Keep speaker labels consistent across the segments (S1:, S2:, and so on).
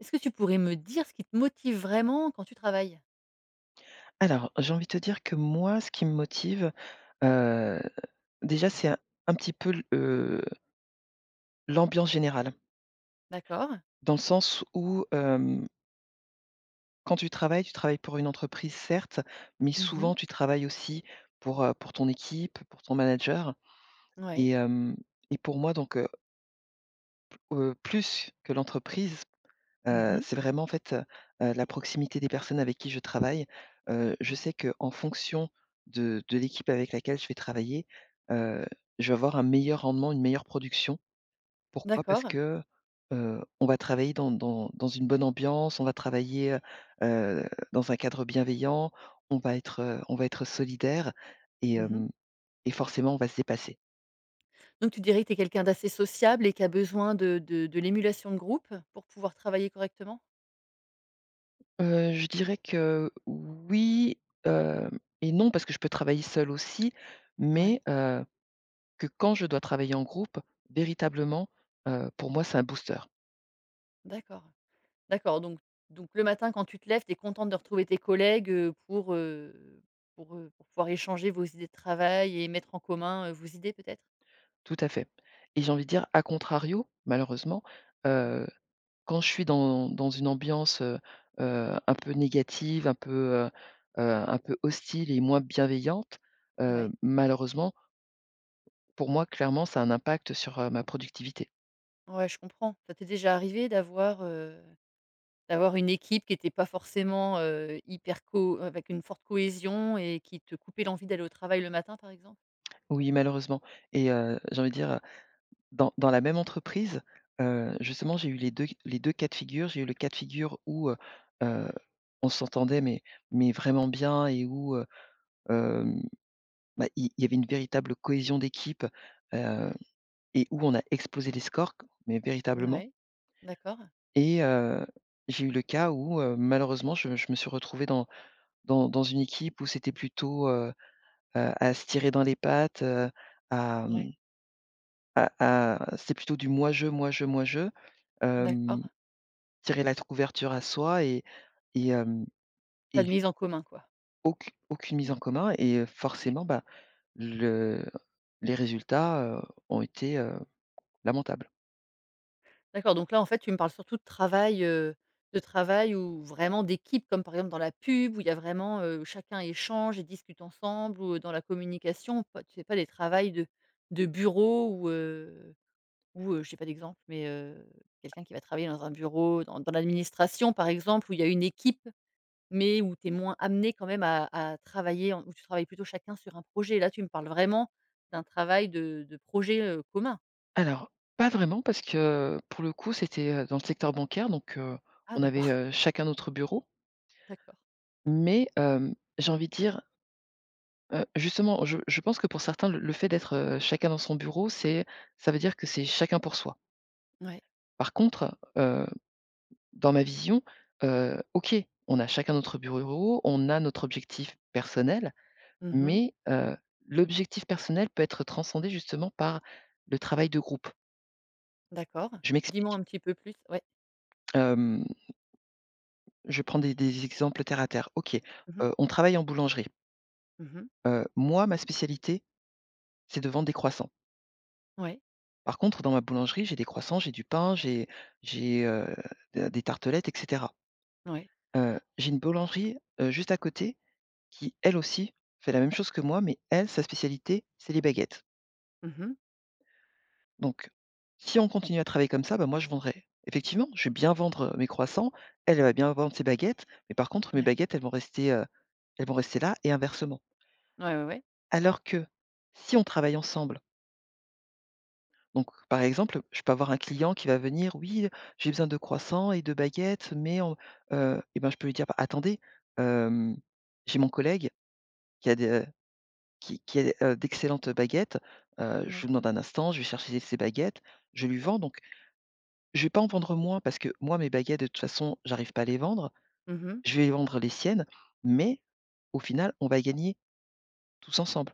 S1: Est-ce que tu pourrais me dire ce qui te motive vraiment quand tu travailles?
S2: Alors, j'ai envie de te dire que moi, ce qui me motive, heu, déjà, c'est un petit peu l'ambiance générale.
S1: D'accord.
S2: Dans le sens où, quand tu travailles pour une entreprise, certes, mais
S1: Mmh,
S2: souvent, tu travailles aussi pour ton équipe, pour ton manager
S1: ouais.
S2: et hem et pour moi donc, plus que l'entreprise.
S1: Mmh.
S2: C'est vraiment en fait, la proximité des personnes avec qui je travaille.
S1: Ouais.
S2: Je sais que en fonction de l'équipe avec laquelle je vais travailler, heu, je vais avoir un meilleur rendement, une meilleure production. Pourquoi? Parce
S1: D'accord.
S2: que, on va travailler dans une bonne ambiance, on va travailler, dans un cadre bienveillant, on va être solidaire et
S1: Mmh.
S2: hem et forcément on va se dépasser.
S1: Donc tu dirais que tu es quelqu'un d'assez sociable et qui a besoin de l'émulation de groupe pour pouvoir travailler correctement?
S2: Je dirais que oui, hem et non parce que je peux travailler seule aussi, mais
S1: Ouais,
S2: heu que quand je dois travailler en groupe, véritablement, pour moi, c'est un booster.
S1: d'accord. D'accord, donc le matin quand tu te lèves, tu es contente de retrouver tes collègues, pour, pour pouvoir échanger vos idées de travail et mettre en commun, vos idées peut-être?
S2: Tout à fait et j'ai envie de dire à contrario, malheureusement,
S1: Ouais.
S2: heu, quand je suis dans une ambiance, un peu négative, un peu hostile et moins bienveillante,
S1: Ouais.
S2: malheureusement, pour moi, clairement, ça a un impact sur, ma productivité.
S1: Ouais, je comprends. Ça t'est déjà arrivé d'avoir une équipe qui n'était pas forcément, hyper co, avec une forte cohésion et qui te coupait l'envie d'aller au travail le matin, par exemple?
S2: Oui, malheureusement et j'ai envie de dire, dans la même entreprise, justement, j'ai eu les deux cas de figure. J'ai eu le cas de figure où, heu, on s'entendait mais vraiment bien et où, hem, bah, il y avait une véritable cohésion d'équipe, heu et où on a explosé les scores mais véritablement
S1: Ouais, d'accord.
S2: et j'ai eu le cas où, malheureusement, je me suis retrouvé dans une équipe où c'était plutôt, à se tirer dans les pattes, à, mmh,
S1: Ouais.
S2: à c'était plutôt du moi je, moi je, moi je.
S1: D'accord.
S2: Tirer la couverture à soi et hem
S1: Pas
S2: et
S1: de mise en commun, quoi.
S2: aucune mise en commun et forcément,
S1: D'acc
S2: bah, le les résultats, ont été, lamentables.
S1: d'accord, donc là, en fait, tu me parles surtout de travail ou vraiment d'équipe, comme, par exemple, dans la pub où il y a vraiment, chacun échange et discute ensemble, ou dans la communication. Pas tu fais pas des travails de bureau où, ou, je j'ai pas d'exemple, mais, quelqu'un qui va travailler dans un bureau, dans l'administration, par exemple, où il y a une équipe, mais où tu es moins amené quand même à travailler, en où tu travailles plutôt chacun sur un projet. Là, tu me parles vraiment d'un travail de projet, commun.
S2: Alors, pas vraiment parce que pour le coup, c'était, dans le secteur bancaire donc
S1: Ah
S2: on avait,
S1: d'accord,
S2: chacun notre bureau.
S1: d'accord.
S2: Mais j'ai envie de dire, justement, je pense que pour certains, le fait d'être, chacun dans son bureau, c'est ça veut dire que c'est chacun pour soi.
S1: Ouais.
S2: Par contre, dans ma vision, OK, on a chacun notre bureau, on a notre objectif personnel,
S1: Mmh.
S2: mais l'objectif personnel peut être transcendé justement par le travail de groupe.
S1: D'accord.
S2: Je
S1: Dis-moi
S2: m'explique.
S1: un petit peu plus, ouais.
S2: Hem, je prends des exemples terre à terre. OK,
S1: Mmh mh.
S2: on travaille en boulangerie.
S1: Mmh.
S2: Moi, ma spécialité, c'est de vendre des croissants.
S1: Ouais,
S2: Par contre, dans ma boulangerie, j'ai des croissants, j'ai du pain, j'ai, de des tartelettes et cetera.
S1: ouais.
S2: J'ai une boulangerie, juste à côté qui elle aussi fait la même chose que moi, mais elle, sa spécialité, c'est les baguettes.
S1: Mmh.
S2: Donc, si on continue à travailler comme ça, bah, moi je vendrai effectivement, je vais bien vendre, mes croissants, elle, elle va bien vendre ses baguettes, mais par contre mes
S1: Ouais.
S2: baguettes, elles vont rester là et inversement.
S1: Ouais, ouais, ouais.
S2: Alors que si on travaille ensemble, donc par exemple, je peux avoir un client qui va venir: «Oui, j'ai besoin de croissants et de baguettes, mais on» et ben, je peux lui dire: «Bah, attendez, hem, j'ai mon collègue qui a des, qui est, d'excellentes baguettes, je
S1: Ouais.
S2: lui demande un instant, je vais chercher ses baguettes, je lui vends donc je vais pas en vendre moins parce que moi mes baguettes de toute façon j'arrive pas à les vendre,
S1: Mmh.
S2: je vais vendre les siennes, mais au final on va gagner tous ensemble.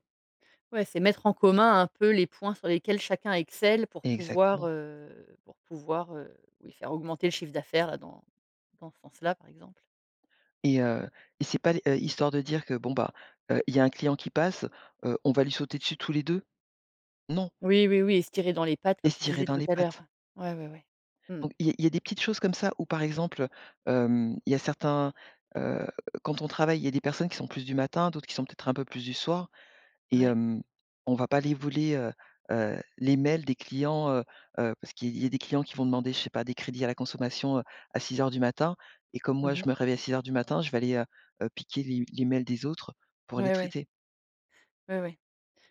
S1: Ouais, c'est mettre en commun un peu les points sur lesquels chacun excelle
S2: Exactement
S1: pour pouvoir, oui, faire augmenter le chiffre d'affaires là dans dans ce sens-là, par exemple.
S2: et heu et c'est pas les histoire de dire que bon bah, il y a un client qui passe, on va lui sauter dessus tous les 2, non
S1: Oui, oui, oui, et se tirer dans les pattes
S2: et
S1: comme
S2: se
S1: tu
S2: tirer
S1: disais
S2: dans
S1: tout
S2: les
S1: à l'heure.
S2: pattes.
S1: Ouais, ouais, ouais. Mmh.
S2: Donc il y a des petites choses comme ça où, par exemple, il y a certains, heu, quand on travaille, il y a des personnes qui sont plus du matin, d'autres qui sont peut-être un peu plus du soir et
S1: Ouais.
S2: on va pas les voler, les mails des clients, parce qu'il y a des clients qui vont demander, je sais pas, des crédits à la consommation, à 6 heures du matin et comme moi, je
S1: Mmh.
S2: me réveille à 6 heures du matin, je vais aller, piquer les mails des autres pour les
S1: Ouais, ouais.
S2: traiter.
S1: Ouais, ouais.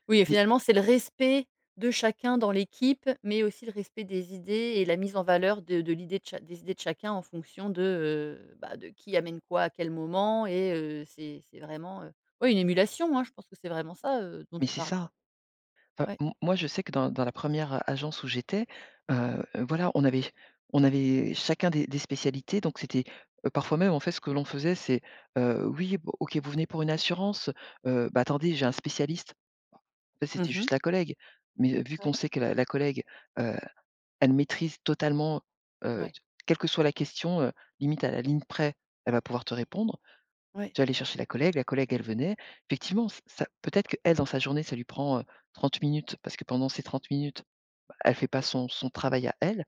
S1: Oui et
S2: Mais
S1: finalement, c'est le respect de chacun dans l'équipe, mais aussi le respect des idées et la mise en valeur de l'idée de cha des idées de chacun en fonction de, de qui amène quoi à quel moment. Et c'est vraiment, ouais, une émulation, hein. Je pense que c'est vraiment ça, dont
S2: mais
S1: tu
S2: c'est
S1: parles.
S2: ça! Bah,
S1: Ouais.
S2: m moi, je sais que dans la première agence où j'étais, voilà, on avait chacun des spécialités, donc c'était, parfois même, en fait, ce que l'on faisait, c'est, «Oui, bon, OK, vous venez pour une assurance? Bah, attendez, j'ai un spécialiste». En fait, c'était
S1: Mmh.
S2: juste la collègue, mais vu
S1: Ouais,
S2: qu'on sait que la collègue, heu, elle maîtrise totalement, heu,
S1: ouais,
S2: quelle que soit la question, limite à la ligne près, elle va pouvoir te répondre.
S1: ouais.
S2: J'allais chercher la collègue, elle venait. Effectivement, ç ça peut-être que elle dans sa journée, ça lui prend, 30 minutes parce que pendant ces 30 minutes, bah, elle fait pas son travail à elle.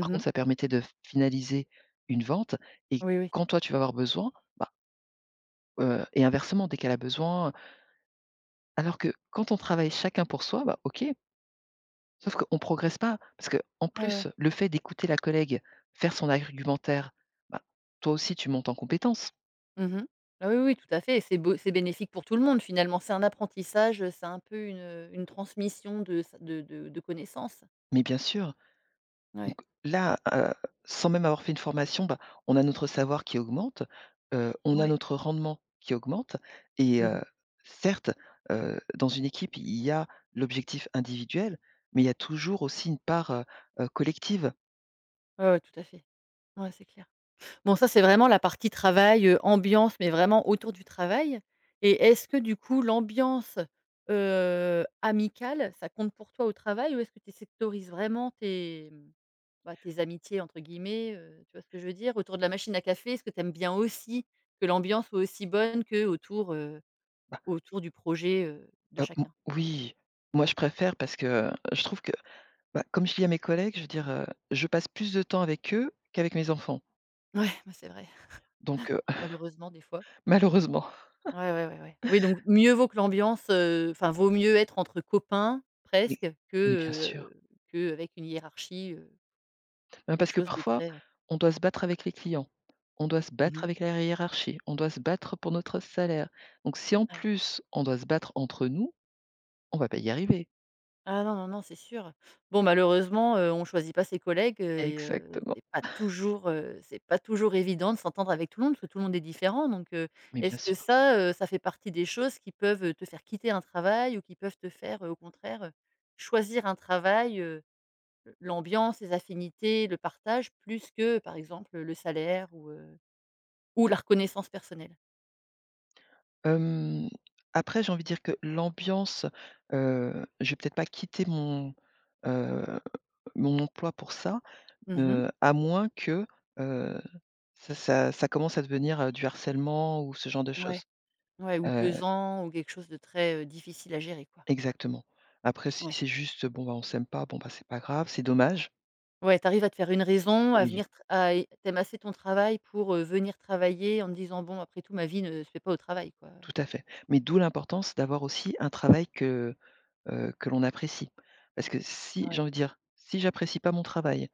S2: Par contre, ça permettait de finaliser une vente et
S1: Oui, oui.
S2: quand toi, tu vas avoir besoin, bah, et inversement, dès qu'elle a besoin, alors que quand on travaille chacun pour soi, bah, OK, sauf qu'on ne progresse pas parce qu'en
S1: Ouais, ouais.
S2: plus, le fait d'écouter la collègue faire son argumentaire, bah, toi aussi, tu montes en compétence.
S1: Mmh. Ah oui, oui, tout à fait, et c'est bénéfique pour tout le monde finalement. C'est un apprentissage, c'est un peu une transmission de sa de connaissances.
S2: Mais bien sûr.
S1: Ouais.
S2: Donc là, sans même avoir fait une formation, bah, on a notre savoir qui augmente, on a
S1: Ouais.
S2: notre rendement qui augmente et
S1: Mmh.
S2: certes, dans une équipe, il y a l'objectif individuel, mais il y a toujours aussi une part, collective.
S1: Ouais, ouais, tout à fait. Ouais, c'est clair. Bon, ça, c'est vraiment la partie travail, ambiance, mais vraiment autour du travail. Et est-ce que du coup l'ambiance, amicale, ça compte pour toi au travail? Ou est-ce que tu sectorises vraiment tes, mmh, bah, «tes amitiés» entre guillemets, tu vois ce que je veux dire? Autour de la machine à café, est-ce que tu aimes bien aussi que l'ambiance soit aussi bonne qu'autour,
S2: Bah,
S1: autour du projet, de
S2: m
S1: chacun?
S2: oui, moi je préfère parce que je trouve que, bah, comme je dis à mes collègues, je veux dire, je passe plus de temps avec eux qu'avec mes enfants,
S1: Ouais, bah, c'est vrai,
S2: donc
S1: malheureusement des fois.
S2: malheureusement.
S1: Ouais, ouais, ouais, ouais. Oui, donc mieux vaut que l'ambiance, enfin, vaut mieux être entre copains
S2: Mais
S1: presque
S2: mais bien sûr.
S1: que avec une hiérarchie, quelque
S2: Parce que
S1: chose de
S2: parfois,
S1: très.
S2: on doit se battre avec les clients, on doit se battre
S1: Mmh,
S2: avec la hiérarchie, on doit se battre pour notre salaire. Donc si en
S1: ouais.
S2: plus, on doit se battre entre nous, on va pas y arriver.
S1: Ah non, non, non, c'est sûr. Bon, malheureusement, on choisit pas ses collègues, heu, et
S2: Exactement,
S1: c'est pas toujours évident de s'entendre avec tout le monde, parce que tout le monde est différent donc
S2: mais bien
S1: est-ce que
S2: sûr.
S1: ça, ça fait partie des choses qui peuvent te faire quitter un travail, ou qui peuvent te faire, au contraire, choisir un travail, le l'ambiance, les affinités, le partage, plus que, par exemple, le salaire ou la reconnaissance personnelle.
S2: Hem, Après j'ai envie de dire que l'ambiance, je vais peut-être pas quitter heu, mon emploi pour ça,
S1: Mmh.
S2: à moins que, heu, ça commence à devenir, du harcèlement ou ce genre de
S1: Ouais.
S2: choses.
S1: Ouais, ou
S2: Heu
S1: pesant, ou quelque chose de très, difficile à gérer, quoi.
S2: Exactement. Après si
S1: Ouais.
S2: c'est juste, bon, bah, on s'aime pas, bon, bah, c'est pas grave, c'est dommage.
S1: Ouais, t'arrives à te faire une raison, à
S2: Oui,
S1: venir tr à et tu assez ton travail pour, venir travailler en te disant: «Bon, après tout, ma vie ne se fait pas au travail», quoi.
S2: tout à fait. Mais d'où l'importance d'avoir aussi un travail que l'on apprécie. Parce que si j'ai
S1: Ouais.
S2: envie de dire, si j'apprécie pas mon travail,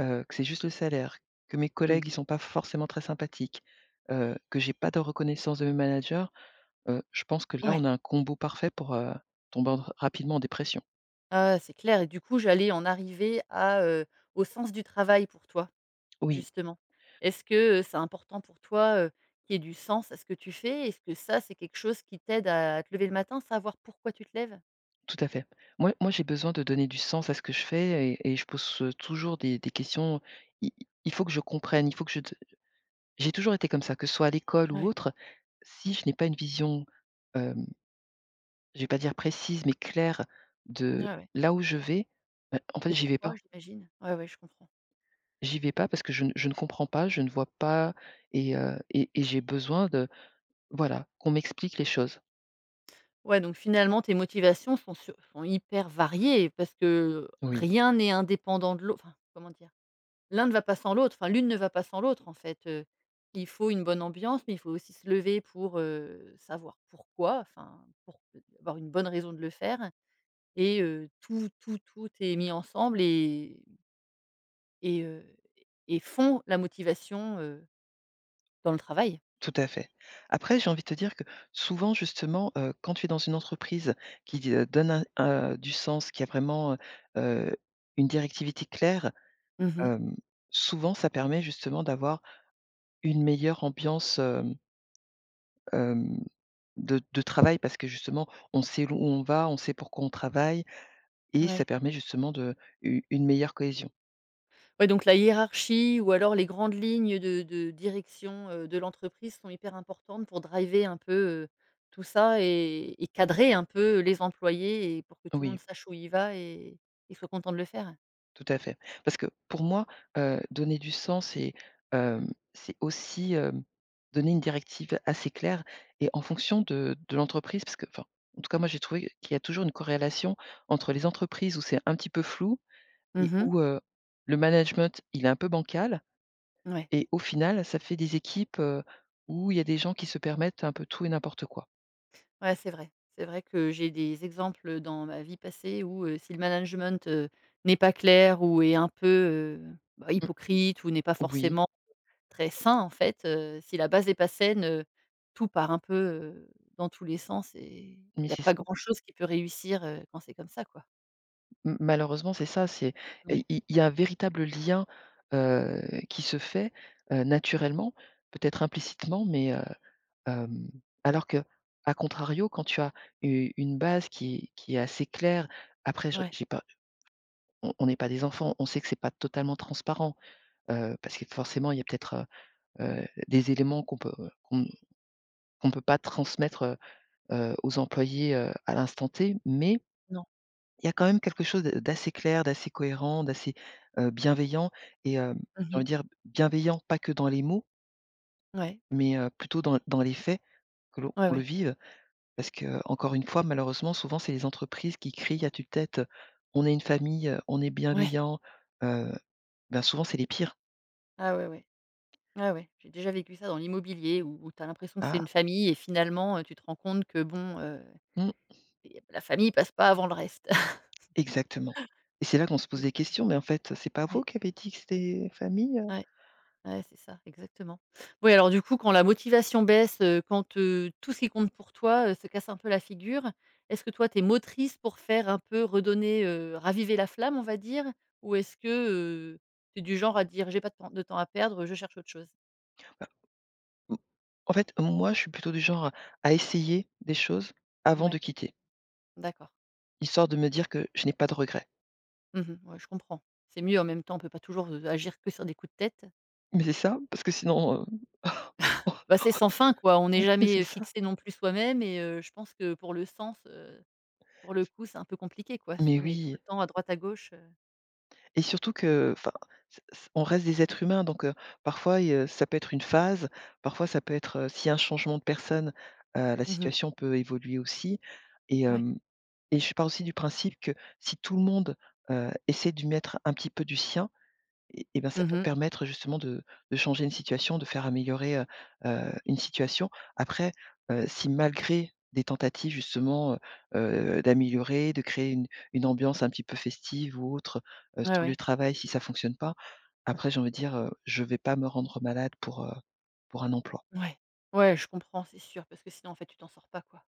S2: que c'est juste le salaire, que mes
S1: Mmh.
S2: collègues, ils sont pas forcément très sympathiques, que j'ai pas de reconnaissance de mes managers, je pense que là,
S1: Ouais.
S2: on a un combo parfait pour, tomber en rapidement en dépression.
S1: Ah, c'est clair, et du coup, j'allais en arriver à, au sens du travail pour toi?
S2: Oui.
S1: Justement. Est-ce que, c'est important pour toi, qu'il y ait du sens à ce que tu fais? Est-ce que ça, c'est quelque chose qui t'aide à te lever le matin, savoir pourquoi tu te lèves?
S2: Tout à fait. Moi, j'ai besoin de donner du sens à ce que je fais et je pose, toujours des questions. I il faut que je comprenne, il faut que je te j'ai toujours été comme ça, que ce soit à l'école ou
S1: Ouais,
S2: autre, si je n'ai pas une vision, hem, je vais pas dire précise, mais claire de
S1: ouais, ouais.
S2: là où je vais, bah, en fait,
S1: Et
S2: j'y vais
S1: pourquoi,
S2: pas.
S1: j'imagine? Ouais, ouais, je comprends.
S2: J'y vais pas parce que je ne comprends pas, je ne vois pas et j'ai besoin de voilà, qu'on m'explique les choses.
S1: Ouais, donc finalement, tes motivations sont hyper variées parce que
S2: Oui.
S1: rien n'est indépendant de l'autre. Enfin, comment dire? L'un ne va pas sans l'autre, enfin, l'une ne va pas sans l'autre, en fait. Il faut une bonne ambiance, mais il faut aussi se lever pour, savoir pourquoi, enfin, pour avoir une bonne raison de le faire. Et tout est mis ensemble et et heu et font la motivation, dans le travail.
S2: Tout à fait. Après, j'ai envie de te dire que souvent, justement, quand tu es dans une entreprise qui, du sens, qui a vraiment, une directivité claire,
S1: Mmh.
S2: hem, souvent ça permet justement d'avoir une meilleure ambiance, hem, de travail parce que justement, on sait où on va, on sait pourquoi on travaille et ça
S1: Ouais.
S2: permet justement de u une meilleure cohésion.
S1: Ouais, donc la hiérarchie, ou alors les grandes lignes de direction, de l'entreprise sont hyper importantes pour driver un peu, heu, tout ça, et cadrer un peu les employés, et pour que tout le monde
S2: Oui.
S1: sache où il va et soit content de le faire.
S2: Tout à fait. Parce que pour moi, donner du sens, hem, c'est aussi, donner une directive assez claire et en fonction de l'entreprise parce que enfin, en tout cas, moi j'ai trouvé qu'il y a toujours une corrélation entre les entreprises où c'est un petit peu flou et
S1: Mmh.
S2: où, le management, il est un peu bancal
S1: Ouais.
S2: et au final, ça fait des équipes, où il y a des gens qui se permettent un peu tout et n'importe quoi.
S1: Ouais, c'est vrai. C'est vrai que j'ai des exemples dans ma vie passée où, si le management, n'est pas clair ou est un peu,
S2: Mmh.
S1: hypocrite, ou n'est pas
S2: Oui,
S1: forcément très sain. En fait, si la base n'est pas saine, tout part un peu, dans tous les sens, et il
S2: mais
S1: n'y a
S2: c'est
S1: pas
S2: ça.
S1: grand chose qui peut réussir, quand c'est comme ça, quoi.
S2: M malheureusement, c'est ça, c'est
S1: Ouais,
S2: et il y a un véritable lien, heu, qui se fait, naturellement, peut-être implicitement, hem, alors qu'à contrario, quand tu as u une base qui est assez claire, après je
S1: ouais,
S2: j'ai pas on n'est pas des enfants, on sait que c'est pas totalement transparent, parce que forcément, il y a peut-être, des éléments qu'on qu'on ne peut pas transmettre, aux employés, à l'instant T, mais
S1: non.
S2: il y a quand même quelque chose de d'assez clair, d'assez cohérent, d'assez, bienveillant et j'ai envie
S1: Mmh.
S2: de dire bienveillant, pas que dans les mots,
S1: Ouais,
S2: mais plutôt dans les faits, que l'on
S1: ouais,
S2: qu'on le
S1: ouais,
S2: vive. Parce que encore une fois, malheureusement, souvent, c'est les entreprises qui crient à tue-tête, «On est une famille, on est
S1: ouais.
S2: bienveillant», heu, ben, souvent, c'est les pires.
S1: Ah ouais, ouais. Ouais, ouais. J'ai déjà vécu ça dans l'immobilier, où tu as l'impression que c'est
S2: Ah,
S1: une famille et finalement, tu te rends compte que bon.
S2: mmh,
S1: Et la famille passe pas avant le reste.
S2: Exactement et c'est là qu'on se pose des questions, mais en fait, c'est pas vous
S1: Ouais,
S2: qui avez dit que c'était famille?
S1: ouais, ouais, c'est ça, exactement. Oui, alors du coup, quand la motivation baisse, quand, tout ce qui compte pour toi, se casse un peu la figure, est-ce que toi, tu es motrice pour faire un peu redonner, raviver la flamme, on va dire? Ou est-ce que, heu, tu es du genre à dire: «J'ai pas de temps à perdre, je cherche autre chose»?
S2: Mmh. En fait, moi, je suis plutôt du genre à essayer des choses avant de
S1: Ouais,
S2: quitter,
S1: d'accord.
S2: histoire de me dire que je n'ai pas de regrets.
S1: Mmh, ouais, je comprends. C'est mieux en même temps, on peut pas toujours, agir que sur des coups de tête.
S2: Mais c'est ça, parce que sinon,
S1: Bah, c'est sans fin, quoi. On n'est
S2: mais c'est
S1: jamais
S2: ça.
S1: fixé non plus soi-même, et je pense que pour le sens, pour le coup, c'est un peu compliqué quoi, si
S2: Mais
S1: on est tout le
S2: oui
S1: temps à droite à gauche, heu.
S2: et surtout que, enfin, c c on reste des êtres humains donc parfois, il y ça peut être une phase, parfois ça peut être, s'il y a un changement de personne, la
S1: Mmh, ouais.
S2: situation peut évoluer aussi et
S1: Mh.
S2: hem et je pars aussi du principe que si tout le monde, essaie de mettre un petit peu du sien et ben, ça peut
S1: Mmh.
S2: permettre justement de changer une situation, de faire améliorer, une situation. Après, si malgré des tentatives justement, heu d'améliorer, de créer une ambiance un petit peu festive ou autre,
S1: Ouais,
S2: sur le
S1: ouais.
S2: travail, si ça fonctionne pas, après j'ai envie de dire, je vais pas me rendre malade pour, pour un emploi.
S1: Ouais. Ouais, je comprends, c'est sûr, parce que sinon en fait tu t'en sors pas quoi.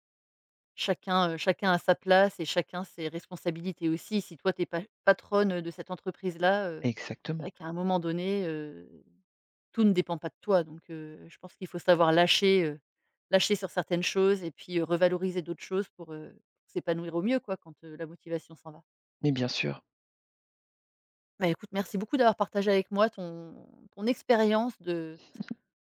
S1: Chacun, chacun a sa place, et chacun ses responsabilités aussi. Si toi t'es pa patronne, de cette entreprise-là, c'est vrai
S2: Exactement.
S1: qu'à un moment donné, tout ne dépend pas de toi donc je pense qu'il faut savoir lâcher, lâcher sur certaines choses, et puis, revaloriser d'autres choses pour, s'épanouir au mieux quoi quand, la motivation s'en va.
S2: Mais bien sûr.
S1: Bah, écoute, merci beaucoup d'avoir partagé avec moi ton ton expérience de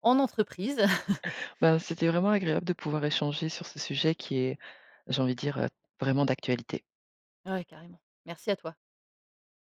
S1: en entreprise.
S2: Ben, c'était vraiment agréable de pouvoir échanger sur ce sujet qui est, j'ai envie de dire, vraiment d'actualité.
S1: Ouais, carrément. Merci à toi.